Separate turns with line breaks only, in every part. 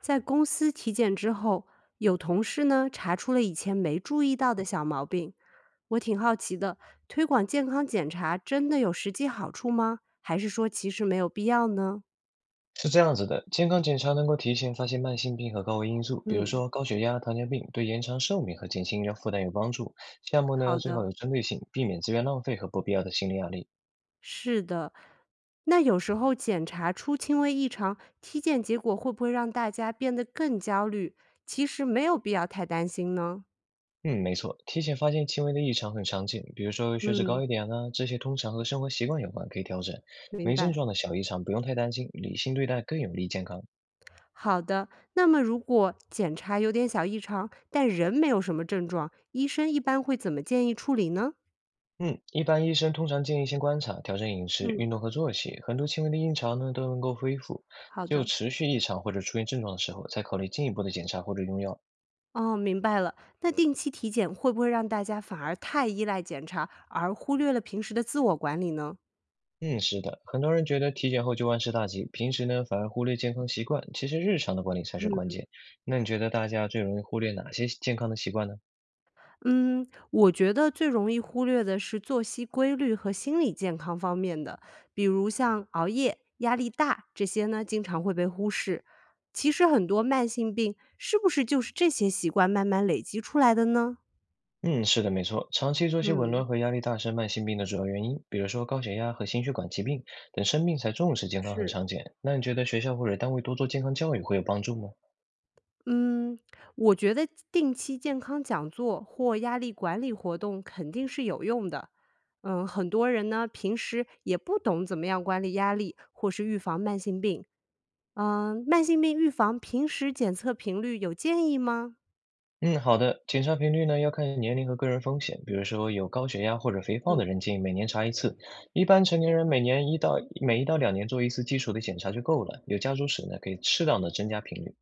在公司体检之后，有同事呢查出了以前没注意到的小毛病。我挺好奇的，推广健康检查真的有实际好处吗？还是说其实没有必要呢？
是这样子的，健康检查能够提前发现慢性病和高危因素，比如
嗯，
说高血压、糖尿病，对延长寿命和减轻医疗负担有帮助。项目呢，
好
最好
的，
有针对性，避免资源浪费和不必要的心理压力。
是的。那有时候检查出轻微异常，体检结果会不会让大家变得更焦虑？其实没有必要太担心呢。
嗯，没错，提前发现轻微的异常很常见，比如说血脂高
嗯，
一点啊，这些通常和生活习惯有关，可以调整。
明
没症
白。
状的小异常不用太担心，理性对待更有利健康。
好的，那么如果检查有点小异常，但人没有什么症状，医生一般会怎么建议处理呢？
嗯，一般医生通常建议先观察、调整饮食、运
嗯，
动和作息，很多轻微的异常呢都能够恢复。
好
只有
的。
持续异常或者出现症状的时候，才考虑进一步的检查或者用药。
哦，明白了。那定期体检会不会让大家反而太依赖检查，而忽略了平时的自我管理呢？
嗯，是的，很多人觉得体检后就万事大吉，平时呢反而忽略健康习惯，其实日常的管理才是关键。那你觉得大家最容易忽略哪些健康的习惯呢？
嗯，我觉得最容易忽略的是作息规律和心理健康方面的，比如像熬夜、压力大这些呢，经常会被忽视。其实很多慢性病是不是就是这些习惯慢慢累积出来的呢？
嗯，是的，没错，长期作息紊
嗯，
乱和压力大是慢性病的主要原因，比如说高血压和心血管疾病等生病才重视健康很
是，
常见。那你觉得学校或者单位多做健康教育会有帮助吗？
嗯，我觉得定期健康讲座或压力管理活动肯定是有用的。很多人呢平时也不懂怎么样管理压力或是预防慢性病，慢性病预防平时检测频率有建议吗？
嗯，好的。检查频率呢，要看年龄和个人风险，比如说有高血压或者肥胖
嗯，
的人建议每年查一次。一般成年人每1到2年做一次基础的检查就够了。有家族史呢，可以适当的增加频率。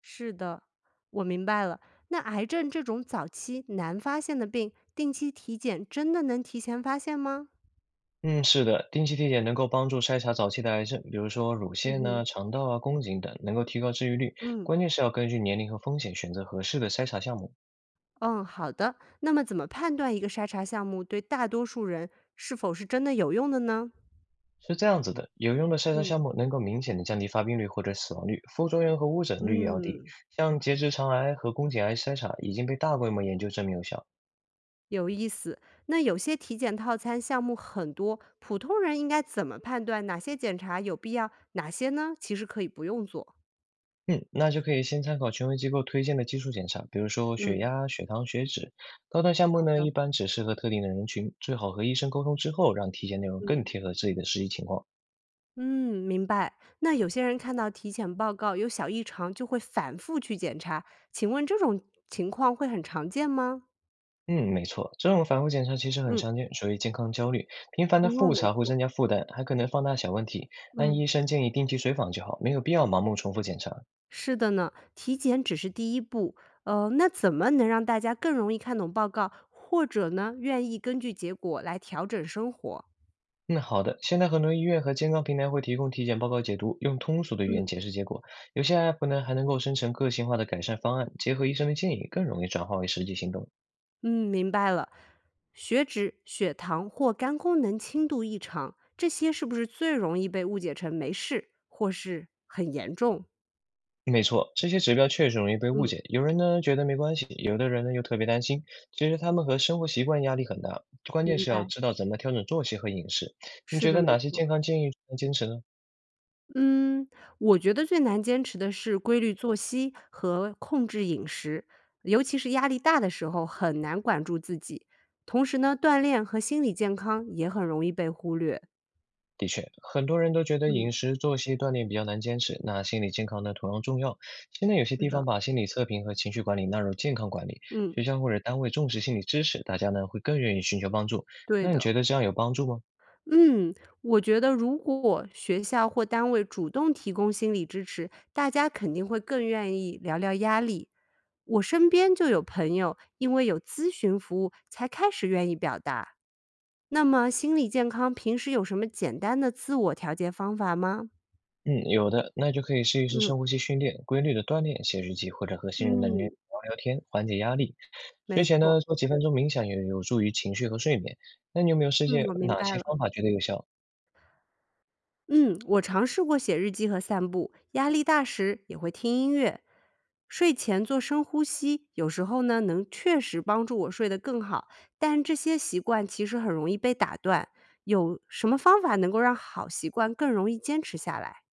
是的，我明白了。那癌症这种早期难发现的病，定期体检真的能提前发现吗？
嗯，是的，定期体检能够帮助筛查早期的癌症，比如说乳
嗯
腺
哼，
呐、肠道啊、宫颈等，能够提高治愈率。
嗯
关键是要根据年龄和风险选择合适的筛查项目。
嗯，好的。那么怎么判断一个筛查项目对大多数人是否是真的有用的呢？
是这样子的，有用的筛查
嗯
项目能够明显的降低发病率或者死亡率，副作用和误诊率也要低。
嗯，
像结直肠癌和宫颈癌筛查已经被大规模研究证明有效。
有意思。那有些体检套餐项目很多，普通人应该怎么判断哪些检查有必要，哪些呢？其实可以不用做。
嗯，那就可以先参考权威机构推荐的基础检查，比如说血
嗯。
压、血糖、血脂。高端项目呢，
的，
一般只适合特定的人群，最好和医生沟通之后，让体检内容更
嗯，
贴合自己的实际情况。
嗯，明白。那有些人看到体检报告有小异常，就会反复去检查，请问这种情况会很常见吗？
嗯，没错，这种反复检查其实很
嗯，
常见，属于健康焦虑。频繁的
哦，
复
没
查会
错，
增加负担，还可能放大小问题。按
嗯，
医生建议定期随访就好，没有必要盲目重复检查。
是的呢，体检只是第一步，那怎么能让大家更容易看懂报告，或者呢，愿意根据结果来调整生活？
嗯，好的。现在很多医院和健康平台会提供体检报告解读，用通俗的语言
嗯。
解释结果。有些 app 呢还能够生成个性化的改善方案，结合医生的建议，更容易转化为实际行动。
嗯，明白了。血脂、血糖或肝功能轻度异常，这些是不是最容易被误解成没事或是很严重？
没错，这些指标确实容易被误
嗯，
解。有人呢觉得没关系，有的人呢又特别担心。其实他们和生活习惯压力很大，关键
明
是要
白。
知道怎么调整作息和饮食。你
是
觉
的，
得
没
哪些
错。
健康建议能坚持呢？
嗯，我觉得最难坚持的是规律作息和控制饮食，尤其是压力大的时候，很难管住自己。同时呢，锻炼和心理健康也很容易被忽略。
的确，很多人都觉得
嗯，
饮食、作息、锻炼比较难坚持，那心理健康呢同样重要。现在有些
是
地方
的，
把心理测评和情绪管理纳入健康管理，学
嗯，
校或者单位重视心理知识，大家呢会更愿意寻求帮助。
对
那你
的。
觉得这样有帮助吗？
嗯，我觉得如果学校或单位主动提供心理支持，大家肯定会更愿意聊聊压力。我身边就有朋友因为有咨询服务才开始愿意表达。那么，心理健康平时有什么简单的自我调节方法吗？
嗯，有的，那就可以试一试
嗯
深呼吸训练，规律的锻炼，写日记或者和信任的人聊
嗯，
聊天，缓解压力。
没
睡前
错，
呢，做几分钟冥想也有助于情绪和睡眠。那你有没有试
嗯，
验
我明
哪
白
些
了。
方法觉得有效？
嗯，我尝试过写日记和散步，压力大时也会听音乐，睡前做深呼吸，有时候呢能确实帮助我睡得更好，但这些习惯其实很容易被打断。有什么方法能够让好习惯更容易坚持下来？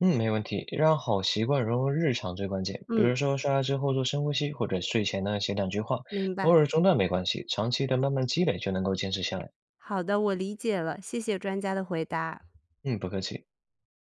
嗯，没问题，让好习惯融入日常最关键。比
嗯，
如说刷牙之后做深呼吸，或者睡前呢写两句话，
明
偶
白。
尔中断没关系，长期的慢慢积累就能够坚持下来。
好的，我理解了，谢谢专家的回答。
嗯，不客气。